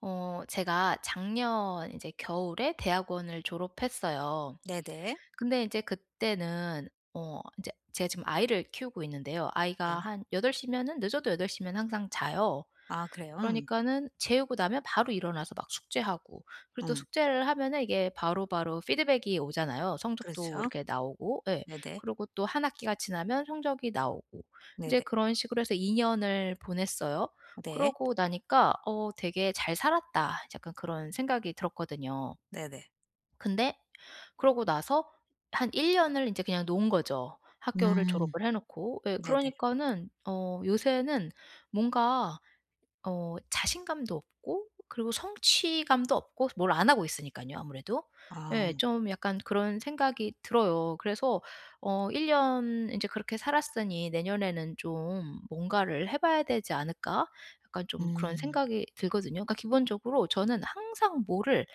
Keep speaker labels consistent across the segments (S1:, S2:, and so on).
S1: 제가 작년 이제 겨울에 대학원을 졸업했어요.
S2: 네네.
S1: 근데 이제 그때는 어제 제가 지금 아이를 키우고 있는데요. 아이가
S2: 네네.
S1: 한여덟시 면은 늦어도 여덟시면 항상 자요.
S2: 아, 그래요? 음.
S1: 그러니까는 재우고 나면 바로 일어나서 막 숙제하고 그리고 또
S2: 음.
S1: 숙제를 하면은 이게 바로바로 피드백이 오잖아요. 성적도
S2: 그렇죠.
S1: 이렇게 나오고 예.
S2: 네네.
S1: 그리고 또 한 학기가 지나면 성적이 나오고 이제
S2: 네네.
S1: 그런 식으로 해서 2 년을 보냈어요.
S2: 네.
S1: 그러고 나니까 되게 잘 살았다.' 약간 그런 생각이 들었거든요.
S2: 네네.
S1: 근데 그러고 나서 한 1 년을 인제 그냥 놓은 거죠. 학교를
S2: 음.
S1: 졸업을 해 놓고. 예,
S2: 네네.
S1: 그러니까는 요새는 뭔가 자신감도 없고 그리고 성취감도 없고 뭘 안 하고 있으니깐요 아무래도.
S2: 아.
S1: 예, 좀 약간 그런 생각이 들어요. 그래서 '일 년 인제 그렇게 살았으니 내년에는 좀 뭔가를 해 봐야 되지 않을까?' 약간 좀 그런
S2: 음.
S1: 생각이 들거든요. 그러니까 기본적으로 저는 항상 뭐를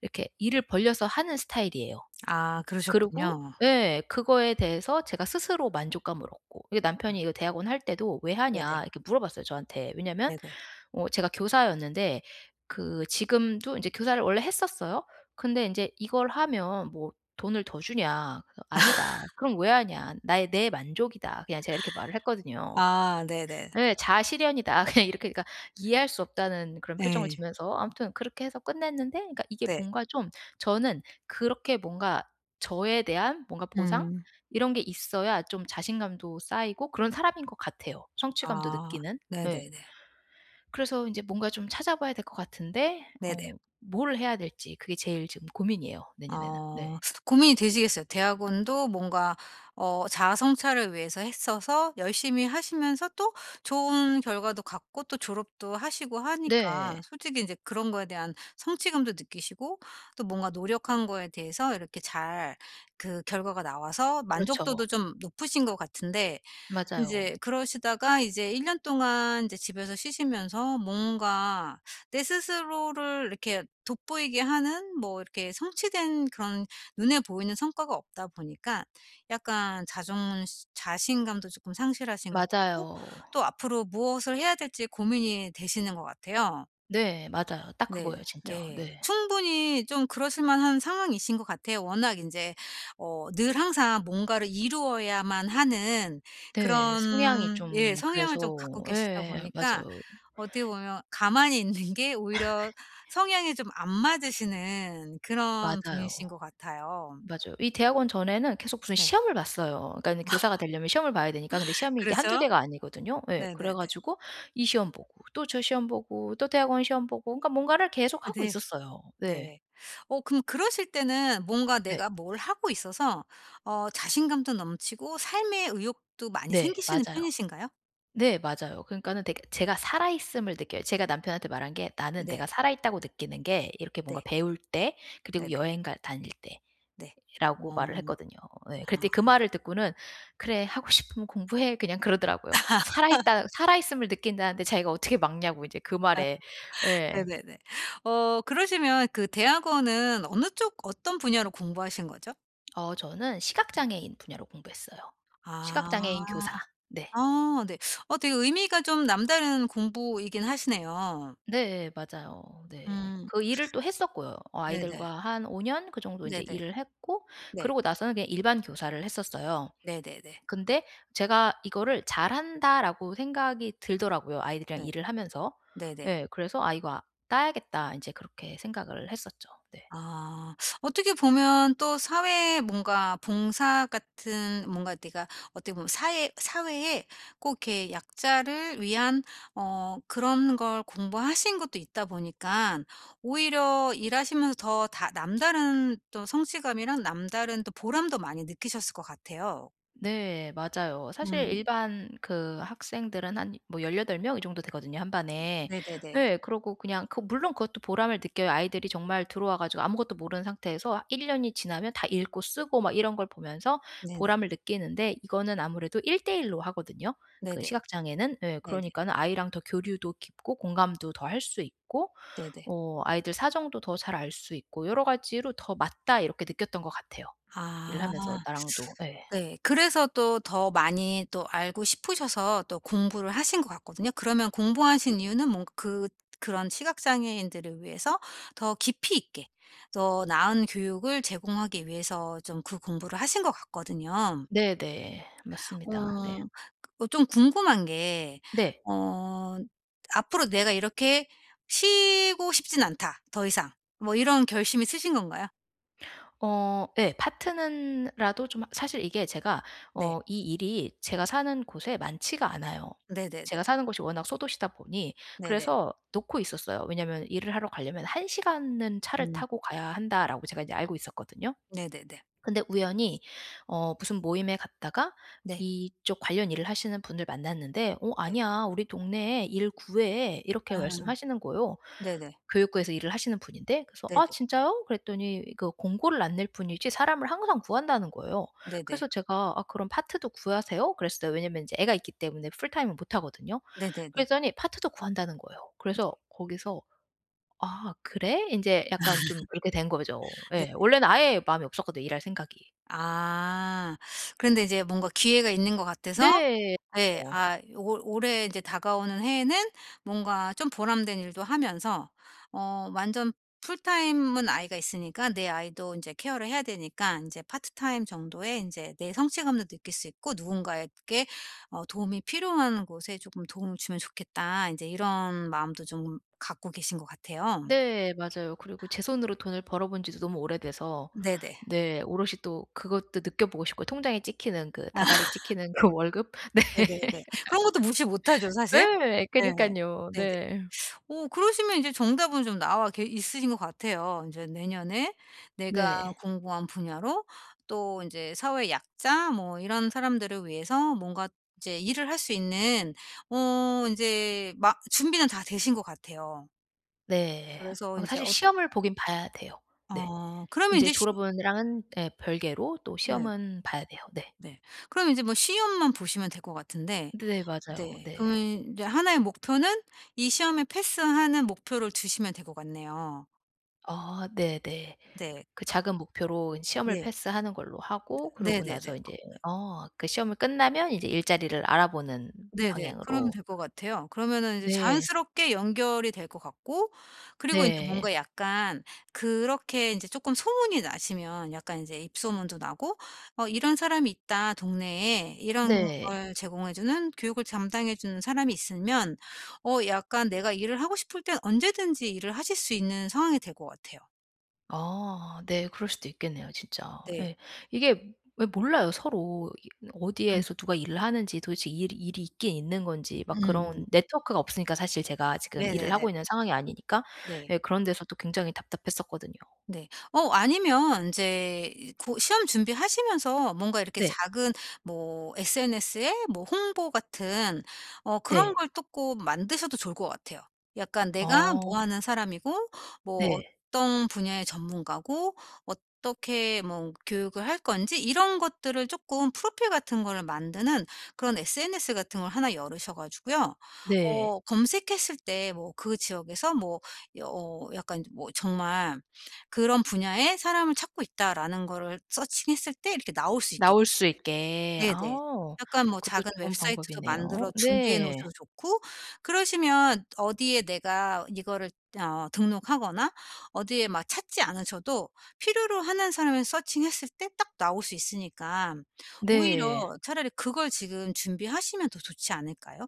S1: 이렇게 일을 벌려서 하는 스타일이에요.
S2: 아,
S1: 그리고
S2: 그러셨군요.
S1: 예, 그거에 대해서 제가 스스로 만족감을 얻고, 이게
S2: 아,
S1: 남편이 이거 대학원 할 때도 "왜
S2: 네네.
S1: 하냐?" 이렇게 물어봤어요, 저한테. 왜냐면
S2: 네네.
S1: 제가 교사였는데 그 지금도 인제 교사를 원래 했었어요. 근데 인제 "이걸 하면 뭐 돈을 더 주냐?" 그래서 "아니다." "그럼 왜 하냐?" "나의 내 만족이다." 그냥 제가 이렇게 말을 했거든요.
S2: 아, 네네.
S1: 예. 자아실현이다. 그냥 이렇게, 그러니까 이해할 수 없다는 그런 표정을
S2: 네
S1: 지면서 아무튼 그렇게 해서 끝냈는데, 그러니까 이게
S2: 네.
S1: 뭔가 좀 저는 그렇게 뭔가 저에 대한 뭔가 보상
S2: 음.
S1: 이런 게 있어야 좀 자신감도 쌓이고 그런 사람인 것 같아요, 성취감도
S2: 아.
S1: 느끼는. 예.
S2: 네네네.
S1: 그래서 인제 뭔가 좀 찾아봐야 될 것 같은데
S2: 네네.
S1: 뭘 해야 될지 그게 제일 지금 고민이에요, 내년에는.
S2: 어
S1: 네.
S2: 고민이 되시겠어요. 대학원도 뭔가 자아 성찰을 위해서 했어서 열심히 하시면서 또 좋은 결과도 갖고 또 졸업도 하시고 하니까
S1: 네.
S2: 솔직히 이제 그런 거에 대한 성취감도 느끼시고 또 뭔가 노력한 거에 대해서 이렇게 잘 그 결과가 나와서
S1: 그렇죠.
S2: 만족도도 좀 높으신 것 같은데
S1: 맞아요.
S2: 인제 그러시다가 이제 1년 동안 이제 집에서 쉬시면서 뭔가 내 스스로를 이렇게 돋보이게 하는 뭐 이렇게 성취된 그런 눈에 보이는 성과가 없다 보니까 약간 자존 자신감도 쪼끔 상실하신 것 같고
S1: 맞아요.
S2: 또 앞으로 무엇을 해야 될지 고민이 되시는 것 같아요.
S1: 네. 맞아요. 딱
S2: 네.
S1: 그거예요, 진짜.
S2: 예,
S1: 네.
S2: 충분히 좀 그러실 만한 상황이신 것 같아요. 워낙 인제 늘 항상 뭔가를 이루어야만 하는
S1: 네. 성향이
S2: 그런 예
S1: 좀
S2: 성향을
S1: 그래서
S2: 좀 갖고 계시다
S1: 예.
S2: 보니까
S1: 맞아요.
S2: 어떻게 보면 가만히 있는 게 오히려 성향에 좀 안 맞으시는 그런
S1: 맞아요.
S2: 분이신 것 같아요.
S1: 맞아요. 이 대학원 전에는 계속 무슨
S2: 네.
S1: 시험을 봤어요. 그러니까는 교사가 되려면 시험을 봐야 되니까. 근데 시험이 이게 한두
S2: 그렇죠?
S1: 개가 아니거든요. 예. 그래
S2: 네네네.
S1: 가지고 이 시험 보고 또 저 시험 보고 또 대학원 시험 보고, 그러니까 뭔가를 계속
S2: 아,
S1: 하고
S2: 네.
S1: 있었어요. 네.
S2: 네. 어, 그럼 그러실 때는 뭔가
S1: 네.
S2: 내가 뭘 하고 있어서 자신감도 넘치고 삶의 의욕도 많이
S1: 네.
S2: 생기시는
S1: 맞아요.
S2: 편이신가요?
S1: 네. 맞아요. 그러니까는 되게 제가 살아 있음을 느껴요. 제가 남편한테 말한 게 "나는
S2: 네.
S1: 내가 살아 있다고 느끼는 게 이렇게 뭔가
S2: 네.
S1: 배울 때
S2: 네
S1: 그리고
S2: 네.
S1: 여행 갈 다닐 때
S2: 네. 네.
S1: 라고
S2: 어.
S1: 말을 했거든요. 예.
S2: 아.
S1: 그랬더니 그 말을 듣고는 "그래, 하고 싶으면 공부해." 그냥 그러더라고요. 살아있다, 살아있음을 느낀다는데 자기가 어떻게 막냐고 이제 그
S2: 아,
S1: 말에. 예.
S2: 네네네. 어, 그러시면 그 대학원은 어느 쪽 어떤 분야로 공부하신 거죠?
S1: 저는 시각장애인 분야로 공부했어요. 시각장애인 교사.
S2: 아.
S1: 네.
S2: 아, 네. 어, 되게 의미가 좀 남다른 공부이긴 하시네요.
S1: 네 맞아요. 네.
S2: 음.
S1: 그 일을 또 했었고요.
S2: 네네.
S1: 아이들과 한 5년 그 정도 인제
S2: 네네.
S1: 일을 했고
S2: 네.
S1: 그러고 나서는 그냥 일반 교사를 했었어요.
S2: 네네네.
S1: 근데 제가 이거를 잘한다라고 생각이 들더라고요, 아이들이랑
S2: 네.
S1: 일을 하면서.
S2: 네네.
S1: 예. 그래서 '아, 이거 아 따야겠다.' 인제 그렇게 생각을 했었죠. 네.
S2: 아. 어떻게 보면 또 사회에 뭔가 봉사 같은 뭔가 내가 어떻게 보면 사회에 꼭 이렇게 약자를 위한 그런 걸 공부하신 것도 있다 보니까 오히려 일하시면서 더 다 남다른 또 성취감이랑 남다른 또 보람도 많이 느끼셨을 것 같아요.
S1: 네. 맞아요. 사실
S2: 음.
S1: 일반 그 학생들은 한 뭐 18명 이 정도 되거든요, 한 반에.
S2: 네네네.
S1: 네, 그러고 그냥 그, 물론 그것도 보람을 느껴요. 아이들이 정말 들어와 가지고 아무것도 모르는 상태에서 1 년이 지나면 다 읽고 쓰고 막 이런 걸 보면서
S2: 네네.
S1: 보람을 느끼는데, 이거는 아무래도 1대1 로 하거든요, 그
S2: 네네.
S1: 시각장애는. 네,
S2: 네네.
S1: 그러니까는 아이랑 더 교류도 깊고 공감도 더 할 수 있고
S2: 네네.
S1: 아이들 사정도 더 잘 알 수 있고 여러 가지로 더 맞다 이렇게 느꼈던 것 같아요. 일을
S2: 아.
S1: 하면서 나랑도. 네.
S2: 네. 그래서 또 더 많이 또 알고 싶으셔서 또 공부를 하신 것 같거든요. 그러면 공부하신 이유는 뭔가 그 그런 시각장애인들을 위해서 더 깊이 있게 더 나은 교육을 제공하기 위해서 좀 그 공부를 하신 것 같거든요.
S1: 네네. 맞습니다. 네.
S2: 어 어, 좀 궁금한 게
S1: 네.
S2: 어, '앞으로 내가 이렇게 쉬고 싶진 않다. 더 이상.' 뭐 이런 결심이 있으신 건가요?
S1: 예. 파트는 라도 좀 사실 이게 제가
S2: 네.
S1: 이 일이 제가 사는 곳에 많지가 않아요. 제가
S2: 네네네.
S1: 사는 곳이 워낙 소도시다 보니
S2: 네네.
S1: 그래서 놓고 있었어요. 왜냐면 일을 하러 가려면 1 시간은 차를
S2: 음.
S1: 타고 가야 한다라고 제가 이제 알고 있었거든요.
S2: 네네네.
S1: 근데 우연히 무슨 모임에 갔다가
S2: 네.
S1: 이쪽 관련 일을 하시는 분을 만났는데 "어
S2: 네.
S1: 아니야. 우리 동네에 일 구해." 이렇게
S2: 아.
S1: 말씀하시는 거예요.
S2: 네네.
S1: 교육부에서 일을 하시는 분인데, 그래서 "아
S2: 네네.
S1: 진짜요?" 그랬더니, 그 공고를 안 낼 뿐이지 사람을 항상 구한다는 거예요.
S2: 네네.
S1: 그래서 제가 "아 그럼 파트도 구하세요?" 그랬어요. 왜냐면 이제 애가 있기 때문에 풀타임은 못 하거든요.
S2: 네네네.
S1: 그랬더니 파트도 구한다는 거예요. 그래서 거기서 '아 그래?' 이제 약간 좀 그렇게 된 거죠.
S2: 네.
S1: 예. 원래는 아예 마음이 없었거든요, 일할 생각이.
S2: 아. 그런데 이제 뭔가 기회가 있는 것 같아서
S1: 네.
S2: 예.
S1: 어.
S2: 아, 올 올해 이제 다가오는 해에는 뭔가 좀 보람된 일도 하면서 어 완전 풀타임은 아이가 있으니까 내 아이도 인제 케어를 해야 되니까 인제 파트타임 정도의 인제 내 성취감도 느낄 수 있고 '누군가에게 도움이 필요한 곳에 쪼끔 도움을 주면 좋겠다.' 인제 이런 마음도 좀 갖고 계신 것 같아요.
S1: 네 맞아요. 그리고 제 손으로 돈을 벌어 본 지도 너무 오래돼서
S2: 네네.
S1: 네 오롯이 또 그것도 느껴보고 싶고, 통장에 찍히는, 그 다달이 찍히는 그 월급. 네.
S2: 네네네. 그런 것도 무시 못하죠 사실.
S1: 예
S2: 네.
S1: 그니깐요.
S2: 네네.
S1: 네.
S2: 어, 그러시면 이제 정답은 좀 나와 계 있으신 것 같아요. 인제 내년에 내가
S1: 네.
S2: 공부한 분야로 또 인제 사회 약자 뭐 이런 사람들을 위해서 뭔가 이제 일을 할 수 있는 인제 막 준비는 다 되신 것 같아요.
S1: 네.
S2: 그래서 인제
S1: 사실
S2: 어떻
S1: 시험을 보긴 봐야 돼요. 네.
S2: 어, 그러면
S1: 인제
S2: 인제 시
S1: 졸업은랑은 예 별개로 또
S2: 네.
S1: 시험은 봐야 돼요. 네.
S2: 네. 그럼 인제 뭐 시험만 보시면 될 것 같은데
S1: 네 맞아요.
S2: 네.
S1: 네.
S2: 그러면 이제 하나의 목표는 이 시험에 패스하는 목표를 두시면 될 것 같네요.
S1: 아 네네.
S2: 네.
S1: 그 작은 목표로 시험을
S2: 네.
S1: 패스하는 걸로 하고, 그러고
S2: 네네네.
S1: 나서
S2: 그
S1: 인제 그 시험을 끝나면 이제 일자리를 알아보는
S2: 네네. 그러면
S1: 방향으로.
S2: 될 것 같아요. 그러면은 이제
S1: 네.
S2: 자연스럽게 연결이 될 것 같고 그리고 인제
S1: 네.
S2: 뭔가 약간 그렇게 인제 쪼끔 소문이 나시면 약간 인제 입소문도 나고 '어, 이런 사람이 있다. 동네에 이런
S1: 네.
S2: 걸 제공해 주는 교육을 담당해 주는 사람이 있으면 어, 약간 내가 일을 하고 싶을 땐 언제든지 일을 하실 수 있는 상황이 될 것 같아요.'
S1: 아 네. 그럴 수도 있겠네요 진짜.
S2: 네.
S1: 예. 이게 왜 몰라요 서로. 이
S2: 음.
S1: 어디에서 누가 일을 하는지, 도대체 일 일이 있긴 있는 건지 막,
S2: 음
S1: 그런 네트워크가 없으니까 사실 제가 지금 일을
S2: 네네네.
S1: 하고 있는 상황이 아니니까
S2: 네.
S1: 예 그런 데서 또 굉장히 답답했었거든요.
S2: 네. 어, 아니면 이제 고 시험 준비하시면서 뭔가 이렇게
S1: 네.
S2: 작은 뭐 SNS에 뭐 홍보 같은 그런
S1: 네.
S2: 걸 또 꼭 만드셔도 좋을 것 같아요. 약간 내가
S1: 어
S2: 뭐 하는 사람이고 뭐
S1: 네.
S2: 어떤 분야의 전문가고 어떻게 뭐 교육을 할 건지 이런 것들을 조금 프로필 같은 거를 만드는 그런 SNS 같은 걸 하나 열으셔 가지고요.
S1: 네.
S2: 어, 검색했을 때 뭐 그 지역에서 뭐 약간 뭐 정말 그런 분야의 사람을 찾고 있다라는 거를 서칭했을 때 이렇게 나올 수 있게
S1: 나올 수 있게.
S2: 네네.
S1: 아
S2: 약간 뭐
S1: 그것도
S2: 작은
S1: 좋은
S2: 웹사이트도
S1: 방법이네요.
S2: 만들어 준비해
S1: 네.
S2: 놓으셔도 좋고 그러시면 어디에 내가 이거를 등록하거나 어디에 막 찾지 않으셔도 필요로 하는 사람을 서칭했을 때 딱 나올 수 있으니까 오히려
S1: 네.
S2: 차라리 그걸 지금 준비하시면 더 좋지 않을까요?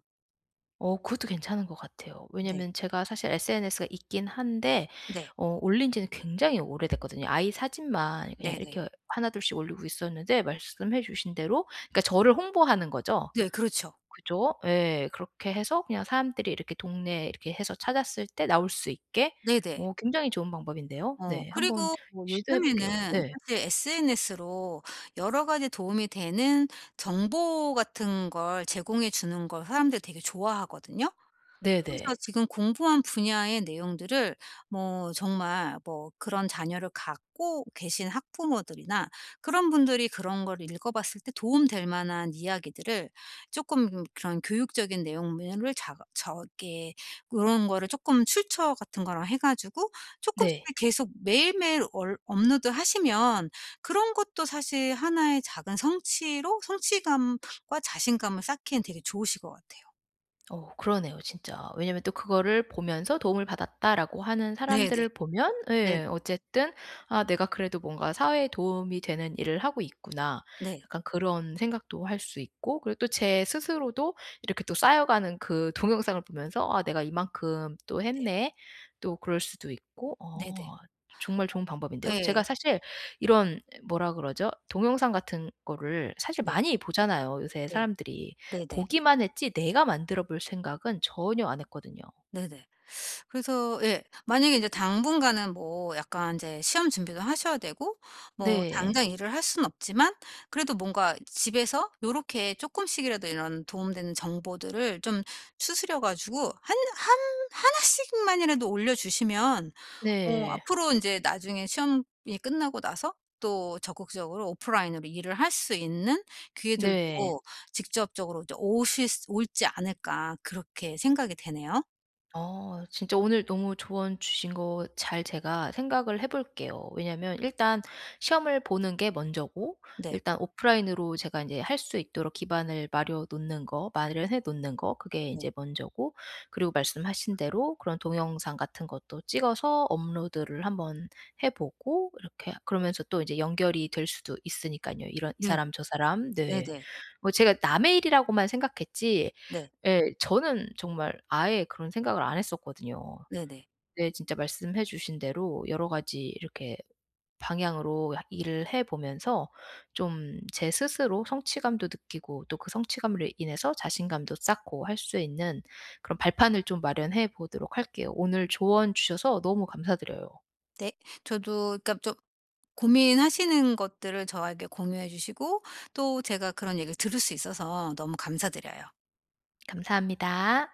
S1: 그것도 괜찮은 것 같아요.
S2: 네.
S1: 왜냐면 제가 사실 SNS가 있긴 한데
S2: 네.
S1: 올린 지는 굉장히 오래됐거든요. 아이 사진만 그냥
S2: 네네.
S1: 이렇게 하나둘씩 올리고 있었는데, 말씀해 주신 대로 그러니까 저를 홍보하는 거죠.
S2: 네, 그렇죠.
S1: 그죠? 예. 그렇게 해서 그냥 사람들이 이렇게 동네에 이렇게 해서 찾았을 때 나올 수 있게
S2: 네네.
S1: 굉장히 좋은 방법인데요.
S2: 어,
S1: 네. 한번
S2: 그리고 뭐
S1: 시도해
S2: 요즘에는
S1: 볼게요. 네.
S2: 사실 SNS로 여러 가지 도움이 되는 정보 같은 걸 제공해 주는 걸 사람들이 되게 좋아하거든요.
S1: 네네. 네.
S2: 그래서 지금 공부한 분야의 내용들을 뭐 정말 뭐 그런 자녀를 갖고 계신 학부모들이나 그런 분들이 그런 걸 읽어 봤을 때 도움 될 만한 이야기들을 조금 그런 교육적인 내용을 자 저게 그런 거를 조금 출처 같은 거랑 해 가지고 조금씩
S1: 네.
S2: 계속 매일매일 얼 업로드하시면 그런 것도 사실 하나의 작은 성취로 성취감과 자신감을 쌓기엔 되게 좋으실 것 같아요.
S1: 어 그러네요 진짜. 왜냐면 또 그거를 보면서 도움을 받았다라고 하는
S2: 네네.
S1: 사람들을 보면
S2: 네네.
S1: 예 어쨌든 '아 내가 그래도 뭔가 사회에 도움이 되는 일을 하고 있구나.'
S2: 네.
S1: 약간 그런 생각도 할 수 있고, 그리고 또 제 스스로도 이렇게 또 쌓여가는 그 동영상을 보면서 '아 내가 이만큼 또
S2: 네.
S1: 했네.' 또 그럴 수도 있고
S2: 네네.
S1: 정말 좋은 방법인데요.
S2: 예.
S1: 제가 사실 이런 뭐라 그러죠? 동영상 같은 거를 사실
S2: 네.
S1: 많이 보잖아요 요새
S2: 네.
S1: 사람들이.
S2: 네네.
S1: 보기만 했지 내가 만들어 볼 생각은 전혀 안 했거든요.
S2: 네네. 그래서 예 만약에 인제 당분간은 뭐 약간 인제 시험 준비도 하셔야 되고 뭐
S1: 네.
S2: 당장 일을 할 수는 없지만 그래도 뭔가 집에서 요렇게 쪼끔씩이라도 이런 도움되는 정보들을 좀 추스려 가지고 한 하나씩만이라도 올려주시면 어,
S1: 네.
S2: 앞으로 인제 나중에 시험이 끝나고 나서 또 적극적으로 오프라인으로 일을 할 수 있는 기회들도
S1: 네.
S2: 직접적으로 이제 오실 수 올지 않을까 그렇게 생각이 되네요.
S1: 진짜 오늘 너무 조언 주신 거 잘 제가 생각을 해 볼게요. 왜냐면 일단 시험을 보는 게 먼저고,
S2: 네.
S1: 일단 오프라인으로 제가 이제 할 수 있도록 기반을 마련 놓는 거, 마련해 놓는 거 그게 이
S2: 네.
S1: 제 먼저고, 그리고 말씀하신 대로 그런 동영상 같은 것도 찍어서 업로드를 한번 해 보고, 이렇게 그러면서 또 이제 연결이 될 수도 있으니까요, 이런 이
S2: 네.
S1: 사람 저 사람.
S2: 네네.
S1: 네.
S2: 네네.
S1: 뭐 제가 남의 일이라고만 생각했지
S2: 네.
S1: 예. 저는 정말 아예 그런 생각을 안 했었거든요.
S2: 네네. 네.
S1: 근데 진짜 말씀해 주신 대로 여러 가지 이렇게 방향으로 일을 해 보면서 좀 제 스스로 성취감도 느끼고, 또 그 성취감으로 인해서 자신감도 쌓고 할 수 있는 그런 발판을 좀 마련해 보도록 할게요. 오늘 조언 주셔서 너무 감사드려요.
S2: 네. 저도 그러니까 좀 고민하시는 것들을 저에게 공유해 주시고 또 제가 그런 얘기를 들을 수 있어서 너무 감사드려요.
S1: 감사합니다.